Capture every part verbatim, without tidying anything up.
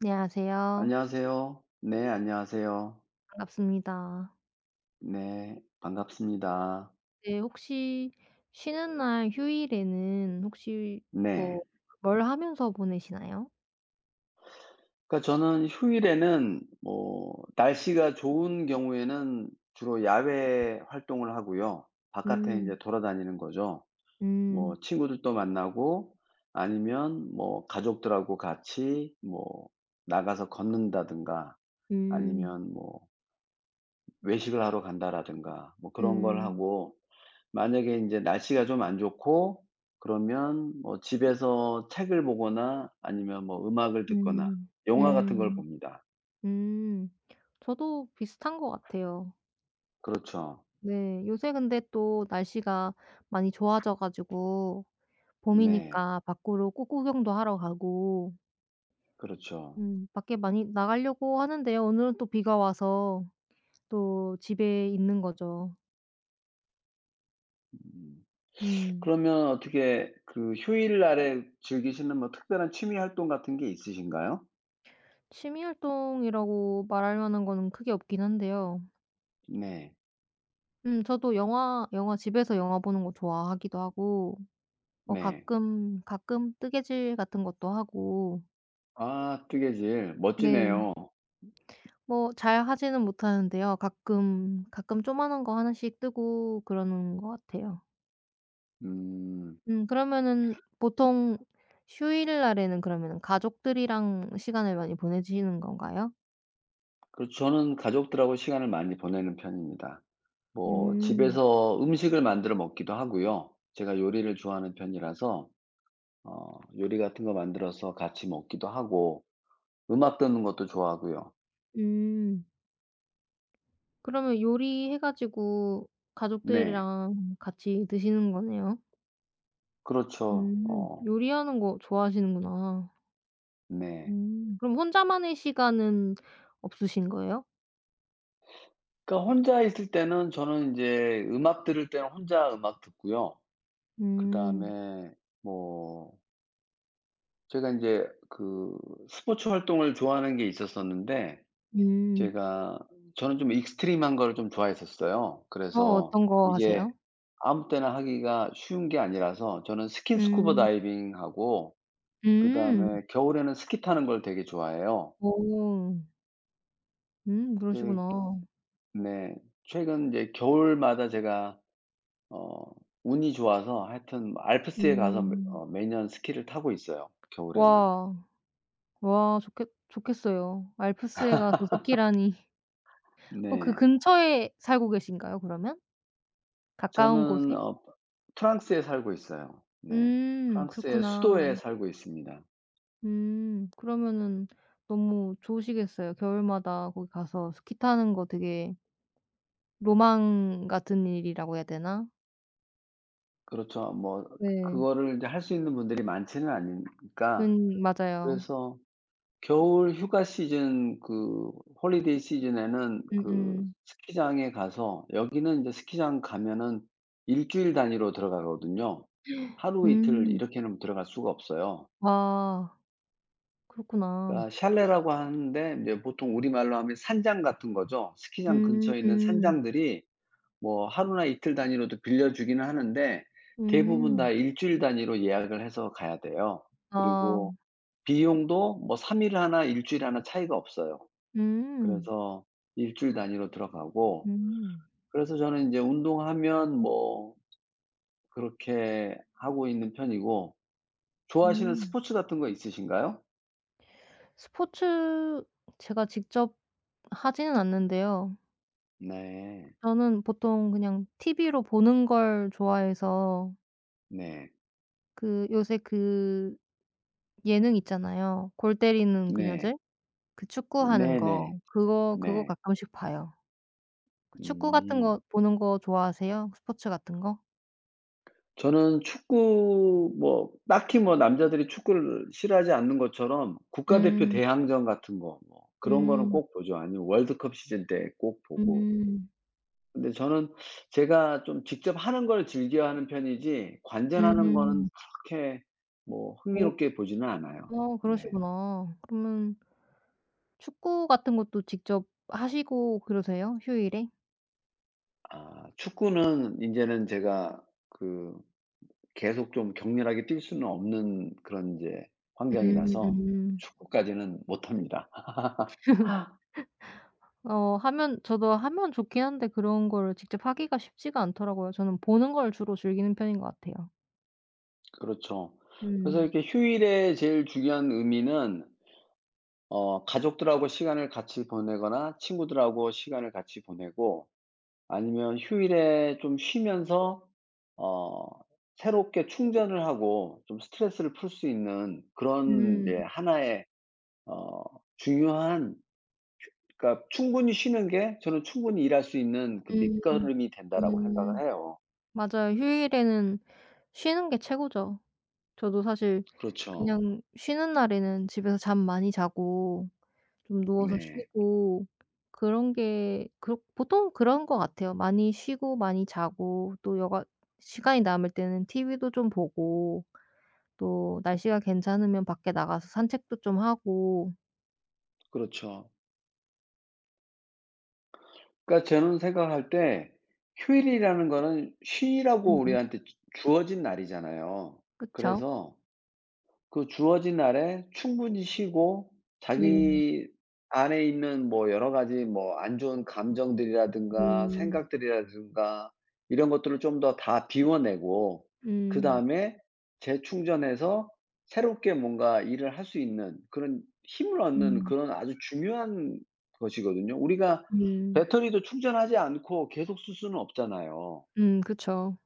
네, 안녕하세요. 안녕하세요. 네 안녕하세요. 반갑습니다. 네 반갑습니다. 네 혹시 쉬는 날 휴일에는 혹시 네. 뭐 뭘 하면서 보내시나요? 그러니까 저는 휴일에는 뭐 날씨가 좋은 경우에는 주로 야외 활동을 하고요. 바깥에 이제 음. 돌아다니는 거죠. 뭐 음. 친구들도 만나고 아니면 뭐 가족들하고 같이 뭐 나가서 걷는다든가 음. 아니면 뭐 외식을 하러 간다라든가 뭐 그런 걸 음. 하고 만약에 이제 날씨가 좀 안 좋고 그러면 뭐 집에서 책을 보거나 아니면 뭐 음악을 듣거나 음. 영화 같은 걸 음. 봅니다. 음. 저도 비슷한 것 같아요. 그렇죠. 네. 요새 근데 또 날씨가 많이 좋아져 가지고 네. 봄이니까 밖으로 꽃 구경도 하러 가고 그렇죠. 음 밖에 많이 나가려고 하는데요. 오늘은 또 비가 와서 또 집에 있는 거죠. 음. 음. 그러면 어떻게 그 휴일날에 즐기시는 뭐 특별한 취미 활동 같은 게 있으신가요? 취미 활동이라고 말할 만한 거는 크게 없긴 한데요. 네. 음 저도 영화 영화 집에서 영화 보는 거 좋아하기도 하고 뭐 네. 가끔 가끔 뜨개질 같은 것도 하고 아 뜨개질. 네. 멋지네요. 뭐 잘 하지는 못하는데요. 가끔 가끔 조그만한 거 하나씩 뜨고 그러는 것 같아요. 음. 음 그러면은 보통 휴일 날에는 그러면은 가족들이랑 시간을 많이 보내시는 건가요? 그렇죠. 저는 가족들하고 시간을 많이 보내는 편입니다. 뭐 음. 집에서 음식을 만들어 먹기도 하고요. 제가 요리를 좋아하는 편이라서 어 요리 같은 거 만들어서 같이 먹기도 하고 음악 듣는 것도 좋아하고요. 음. 그러면 요리해 가지고 네. 가족들이랑 같이 드시는 거네요. 그렇죠. 음. 어 요리하는 거 좋아하시는구나. 네. 음. 그럼 혼자만의 시간은 없으신 거예요? 그러니까 혼자 있을 때는 저는 이제 음악 들을 때는 혼자 음악 듣고요. 음. 그다음에 뭐 제가 이제 그 스포츠 활동을 좋아하는 게 있었었는데 음. 제가 저는 좀 익스트림한 거를 좀 좋아했었어요. 어 그래서 어떤 거 이게 하세요? 아무 때나 하기가 쉬운 게 아니라서 저는 스킨스쿠버 음. 다이빙하고 음. 그다음에 겨울에는 스키 타는 걸 되게 좋아해요. 오. 음 이제 그러시구나. 네. 최근 이제 겨울마다 제가 어 운이 좋아서 하여튼 뭐 알프스에 가서 매 음. 어 매년 스키를 타고 있어요, 겨울에는. 와. 와 좋겠 좋겠어요. 알프스에 가서 스키라니. 어 그 네. 근처에 살고 계신가요 그러면? 가까운 저는 곳에? 어 프랑스에 살고 있어요. 네. 음 프랑스의 수도에 그렇구나. 살고 있습니다. 음 그러면은 너무 좋으시겠어요. 겨울마다 거기 가서 스키 타는 거 되게 로망 같은 일이라고 해야 되나? 그렇죠. 뭐 네. 그거를 이제 할 수 있는 분들이 많지는 그 않으니까 맞아요. 그래서 겨울 휴가 시즌 그 홀리데이 시즌에는 음 음. 그 음. 스키장에 가서 여기는 이제 스키장 가면은 일 주일 단위로 들어가거든요. 하루 이틀 음, 이렇게는 들어갈 수가 없어요. 아 그렇구나. 그러니까 샬레라고 하는데 이제 보통 우리말로 하면 산장 같은 거죠. 스키장 음 근처에 있는 음. 산장들이 뭐 하루나 이틀 단위로도 빌려 주기는 하는데 대부분 다 음. 일주일 단위로 예약을 해서 가야 돼요. 아. 그리고 비용도 뭐 삼 일 하나 일주일 하나 차이가 없어요. 음. 그래서 일주일 단위로 들어가고 음. 그래서 저는 인제 운동하면 뭐 그렇게 하고 있는 편이고 좋아하시는 음. 스포츠 같은 거 있으신가요? 스포츠 제가 직접 하지는 않는데요. 네. 저는 보통 그냥 티비로 보는 걸 좋아해서 네. 그 요새 그 예능 있잖아요. 골 때리는 네. 그녀들? 그 축구하는 네네. 거. 그거 그거 네. 가끔씩 봐요. 그 축구 같은 음. 거 보는 거 좋아하세요? 스포츠 같은 거? 저는 축구 뭐 딱히 뭐 남자들이 축구를 싫어하지 않는 것처럼 국가대표 음. 대항전 같은 거 뭐 그런 거는 음. 꼭 보죠. 아니면 월드컵 시즌 때 꼭 보고. 음. 근데 저는 제가 좀 직접 하는 걸 즐겨하는 편이지 관전하는 거는 음음. 그렇게 뭐 어 흥미롭게 보지는 않아요. 어 네. 그러시구나. 그러면 축구 같은 것도 직접 하시고 그러세요? 휴일에? 아 축구는 인제는 제가 그 계속 좀 격렬하게 뛸 수는 없는 그런 이제 음 환경이라서 음. 축구까지는 못합니다. 어 하면 저도 하면 좋긴 한데 그런 거를 직접 하기가 쉽지가 않더라고요. 저는 보는 걸 주로 즐기는 편인 것 같아요. 그렇죠. 그래서 음. 이렇게 휴일에 제일 중요한 의미는 어 가족들하고 시간을 같이 보내거나 친구들하고 시간을 같이 보내고 아니면 휴일에 좀 쉬면서 어 새롭게 충전을 하고 좀 스트레스를 풀 수 있는 그런 음. 예 하나의 어 중요한 그러니까 충분히 쉬는 게 저는 충분히 일할 수 있는 그 음. 밑거름이 된다라고 음. 생각을 해요. 맞아요. 휴일에는 쉬는 게 최고죠. 저도 사실 그렇죠. 그냥 쉬는 날에는 집에서 잠 많이 자고 좀 누워서 네. 쉬고 그런 게 그렇 보통 그런 것 같아요. 많이 쉬고 많이 자고 또 여가 시간이 남을 때는 티비도 좀 보고 또 날씨가 괜찮으면 밖에 나가서 산책도 좀 하고. 그렇죠. 그러니까 저는 생각할 때 휴일이라는 거는 쉬라고 음. 우리한테 주 주어진 날이잖아요. 그쵸? 그래서 그 주어진 날에 충분히 쉬고 네. 자기 안에 있는 뭐 여러 가지 뭐 안 좋은 감정들이라든가 음. 생각들이라든가 이런 것들을 좀 더 다 비워내고 음. 그다음에 재충전해서 새롭게 뭔가 일을 할 수 있는 그런 힘을 얻는 음. 그런 아주 중요한 것이거든요. 우리가 음. 배터리도 충전하지 않고 계속 쓸 수는 없잖아요. 음 그쵸.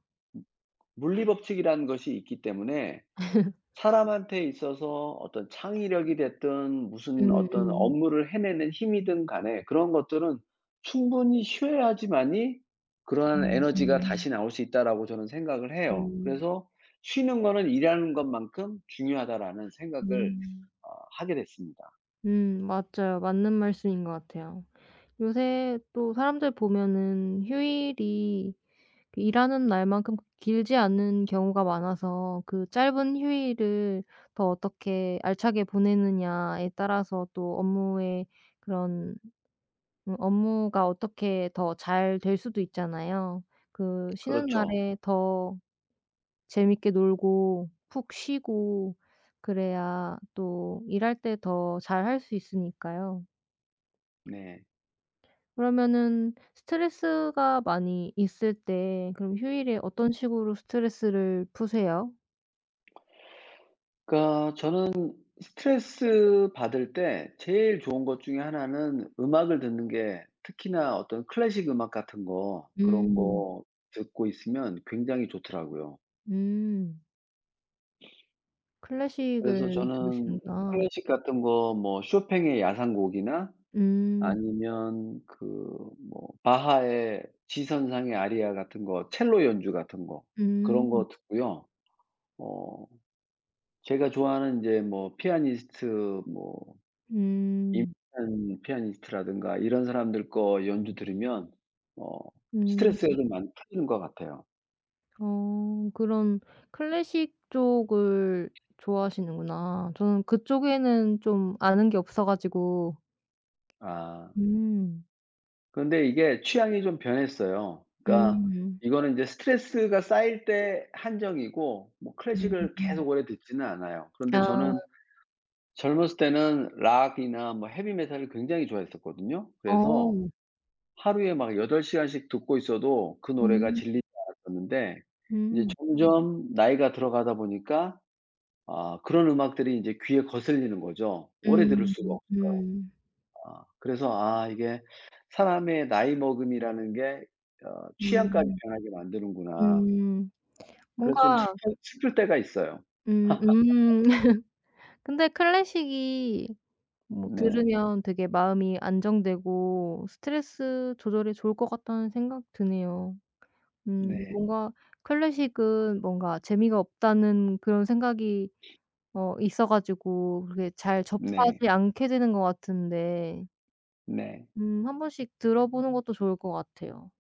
물리 법칙이라는 것이 있기 때문에 사람한테 있어서 어떤 창의력이 됐든 무슨 어떤 음음. 업무를 해내는 힘이든 간에 그런 것들은 충분히 쉬어야지만이 그러한 음 에너지가 음. 다시 나올 수 있다라고 저는 생각을 해요. 음. 그래서 '쉬는 거는 일하는 것만큼 중요하다.'라는 생각을 음. 어 하게 됐습니다. 음 맞아요. 맞는 말씀인 것 같아요. 요새 또 사람들 보면은 휴일이 그 일하는 날만큼 길지 않은 경우가 많아서 그 짧은 휴일을 더 어떻게 알차게 보내느냐에 따라서 또 업무의 그런 음 업무가 어떻게 더 잘 될 수도 있잖아요. 그 쉬는 그렇죠. 날에 더 재밌게 놀고 푹 쉬고 그래야 또 일할 때 더 잘할 수 있으니까요. 네. 그러면은 스트레스가 많이 있을 때 그럼 휴일에 어떤 식으로 스트레스를 푸세요? 그러니까 저는 스트레스 받을 때 제일 좋은 것 중에 하나는 음악을 듣는 게 특히나 어떤 클래식 음악 같은 거 그런 음. 거 듣고 있으면 굉장히 좋더라고요. 음. 그래서 클래식을 저는 들으시는구나. 클래식 같은 거 뭐 쇼팽의 야상곡이나 음. 아니면 그 뭐 바하의 지선상의 아리아 같은 거 첼로 연주 같은 거 그런 음. 거 듣고요. 어 제가 좋아하는 이제 뭐 피아니스트 뭐 음. 임찬 피아니스트라든가 이런 사람들 거 연주 들으면 어 음. 스트레스가 좀 많이 풀리는 것 같아요. 어 그런 클래식 쪽을 좋아하시는구나. 저는 그쪽에는 좀 아는 게 없어 가지고. 아. 음. 런데 이게 취향이 좀 변했어요. 그러니까 음. 이거는 인제 스트레스가 쌓일 때 한정이고 뭐 클래식을 음음. 계속 오래 듣지는 않아요. 그런데 아. 저는 젊었을 때는 락이나 뭐 헤비 메탈을 굉장히 좋아했었거든요. 그래서 어. 하루에 막 여덟 시간씩 듣고 있어도 그 노래가 음. 질리지 않았었는데 이제 음. 점점 나이가 들어가다 보니까 아 그런 음악들이 이제 귀에 거슬리는 거죠. 오래 들을 음. 수가 없어요. 음. 아 그래서 아 이게 '사람의 나이 먹음이라는 게 어 취향까지 음. 변하게 만드는구나.' 음. 그래서 좀 뭔가 슬픈 슬플 때가 있어요. 음 음. 근데 클래식이 뭐 네. 들으면 되게 마음이 안정되고 스트레스 조절에 좋을 것 같다는 생각 드네요. 음 네. 뭔가 클래식은 뭔가 재미가 없다는 그런 생각이 어 있어 가지고 그게 잘 네. 접하지 않게 되는 것 같은데 네. 음 한 번씩 들어보는 것도 좋을 것 같아요.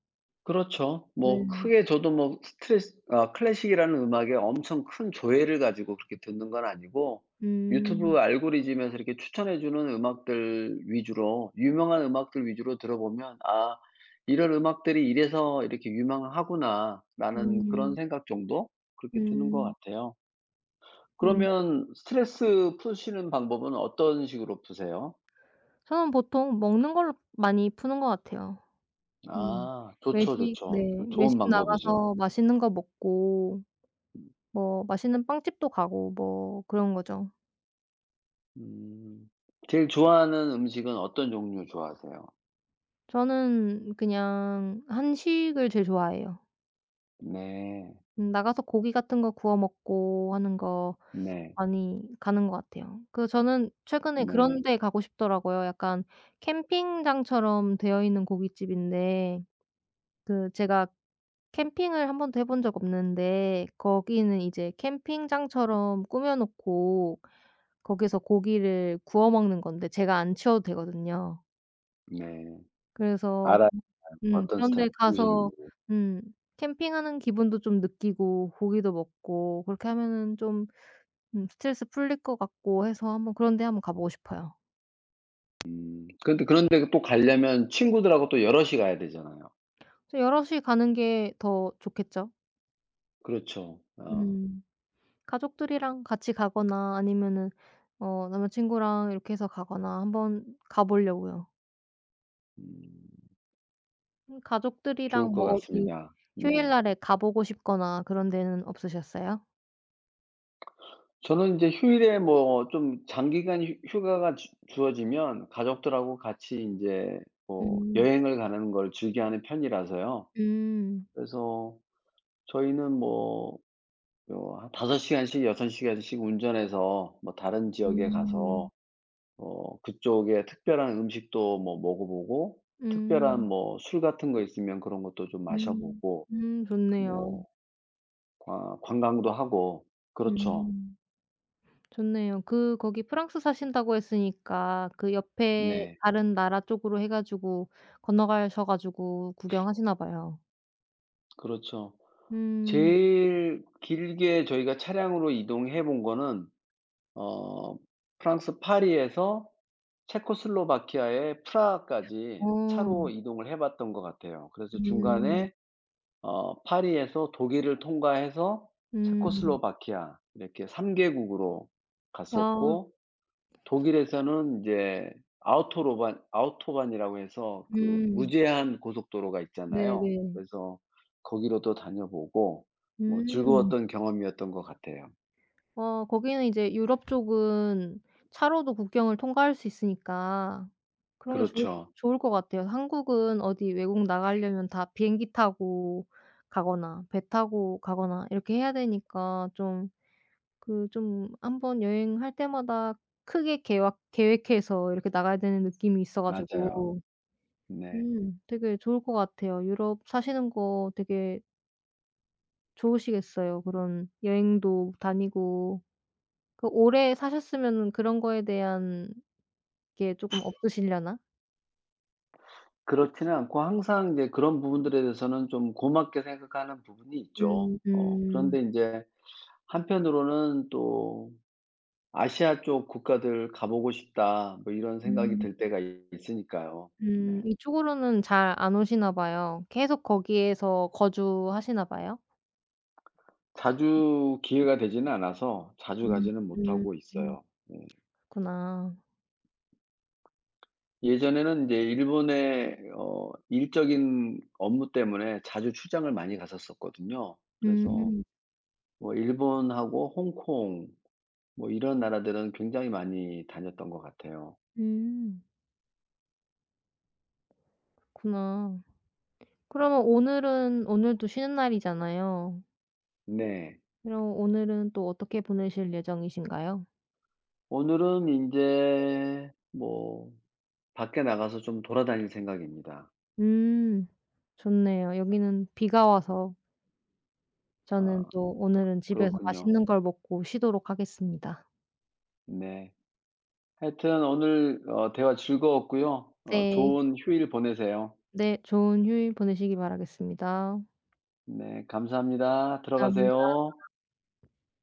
그렇죠. 뭐 네. 크게 저도 뭐 스트레스 아 클래식이라는 음악에 엄청 큰 조회를 가지고 그렇게 듣는 건 아니고 유튜브 음. 알고리즘에서 이렇게 추천해 주는 음악들 위주로 유명한 음악들 위주로 들어보면 '아 이런 음악들이 이래서 이렇게 유명하구나.'라는 그런 음. 생각 정도? 그렇게 드는 것 음. 같아요. 음. 그러면 스트레스 푸시는 방법은 어떤 식으로 푸세요? 저는 보통 먹는 걸로 많이 푸는 것 같아요. 음. 아 좋죠, 외식 네. 좋죠. 좋은 외식 방법이죠. 나가서 맛있는 거 먹고 뭐 맛있는 빵집도 가고 뭐 그런 거죠. 음. 제일 좋아하는 음식은 어떤 종류 좋아하세요? 저는 그냥 한식을 제일 좋아해요. 네. 음 나가서 고기 같은 거 구워 먹고 하는 거 네. 많이 가는 것 같아요. 그 저는 최근에 네. 그런 데 가고 싶더라고요. 약간 캠핑장처럼 되어 있는 고깃집인데 그 제가 캠핑을 한 번도 해본 적 없는데 거기는 이제 캠핑장처럼 꾸며 놓고 거기서 고기를 구워 먹는 건데 제가 안 치워도 되거든요. 네. 그래서 알아요. 음 어떤 스타일 그런데 음식인지. 가서 음 캠핑하는 기분도 좀 느끼고 고기도 먹고 그렇게 하면은 좀 음 스트레스 풀릴 것 같고 해서 한번 그런 데 한번 가 보고 싶어요. 음. 근데 그런데 또 가려면 친구들하고 또 여럿이 가야 되잖아요. 좀 여럿이 가는 게 더 좋겠죠? 그렇죠. 어. 음. 가족들이랑 같이 가거나 아니면은 어 남자친구랑 이렇게 해서 가거나 한번 가 보려고요. 음. 음 좋을 가족들이랑 것 뭐 어디 같습니다. 네. 휴일날에 가 보고 싶거나 그런 데는 없으셨어요? 저는 인제 휴일에 뭐 좀 장기간 휴 휴가가 주 주어지면 가족들하고 같이 인제 뭐 음. 여행을 가는 걸 즐겨하는 편이라서요. 음. 그래서 저희는 뭐 요 한 다섯 시간씩 여섯 시간씩 운전해서 뭐 다른 지역에 가서 음. 어 그쪽에 특별한 음식도 뭐 먹어 보고 특별한 음. 뭐 술 같은 거 있으면 그런 것도 좀 마셔 음. 보고 음 좋네요. 뭐 관 관광도 하고 그렇죠. 음 좋네요. 그 거기 프랑스 사신다고 했으니까 그 옆에 네. 다른 나라 쪽으로 해 가지고 건너가셔 가지고 구경하시나 봐요. 그렇죠. 음. 제일 길게 저희가 차량으로 이동해 본 거는 어 프랑스 파리에서 체코슬로바키아의 프라하까지 어. 차로 이동을 해 봤던 것 같아요. 그래서 음. 중간에 어 파리에서 독일을 통과해서 음. 체코슬로바키아 이렇게 삼 개국으로 아. 갔었고 독일에서는 이제 아우토로반 아우토반이라고 해서 그 음. 무제한 고속도로가 있잖아요. 네네. 그래서 거기로도 다녀보고 뭐 음. 즐거웠던 경험이었던 것 같아요. 어 거기는 이제 유럽 쪽은 차로도 국경을 통과할 수 있으니까 그런 게 좋을 그렇죠. 좋을 것 같아요. 한국은 어디 외국 나가려면 다 비행기 타고 가거나 배 타고 가거나 이렇게 해야 되니까 좀 그 좀 한번 여행할 때마다 크게 계획 계획해서 이렇게 나가야 되는 느낌이 있어 맞아요. 가지고 네. 음 되게 좋을 것 같아요. 유럽 사시는 거 되게 좋으시겠어요. 그런 여행도 다니고 그 오래 사셨으면은 그런 거에 대한 게 쪼금 없으시려나? 그렇지는 않고 항상 이제 그런 부분들에 대해서는 좀 고맙게 생각하는 부분이 있죠. 음 어 음. 그런데 이제 한편으로는 또 아시아 쪽 국가들 가 보고 싶다.' 뭐 이런 생각이 음. 들 때가 있으니까요. 네. 음 이쪽으로는 잘 안 오시나 봐요. 계속 거기에서 거주하시나 봐요? 자주 기회가 되지는 않아서 자주 음 가지는 음 못하고 음. 있어요. 네. 그렇구나. 예전에는 이제 일본의 어 일적인 업무 때문에 자주 출장을 많이 갔었었거든요. 그래서 음 뭐 일본하고 홍콩 뭐 이런 나라들은 굉장히 많이 다녔던 것 같아요. 음. 그렇구나. 그러면 오늘은 오늘도 쉬는 날이잖아요. 네. 그럼 오늘은 또 어떻게 보내실 예정이신가요? 오늘은 이제 뭐 밖에 나가서 좀 돌아다닐 생각입니다. 음. 좋네요. 여기는 비가 와서 저는 아. 또 오늘은 집에서 그렇군요. 맛있는 걸 먹고 쉬도록 하겠습니다. 네. 하여튼 오늘 어 대화 즐거웠고요. 어 네. 좋은 휴일 보내세요. 네. 좋은 휴일 보내시기 바라겠습니다. 네 감사합니다. 감사합니다. 들어가세요.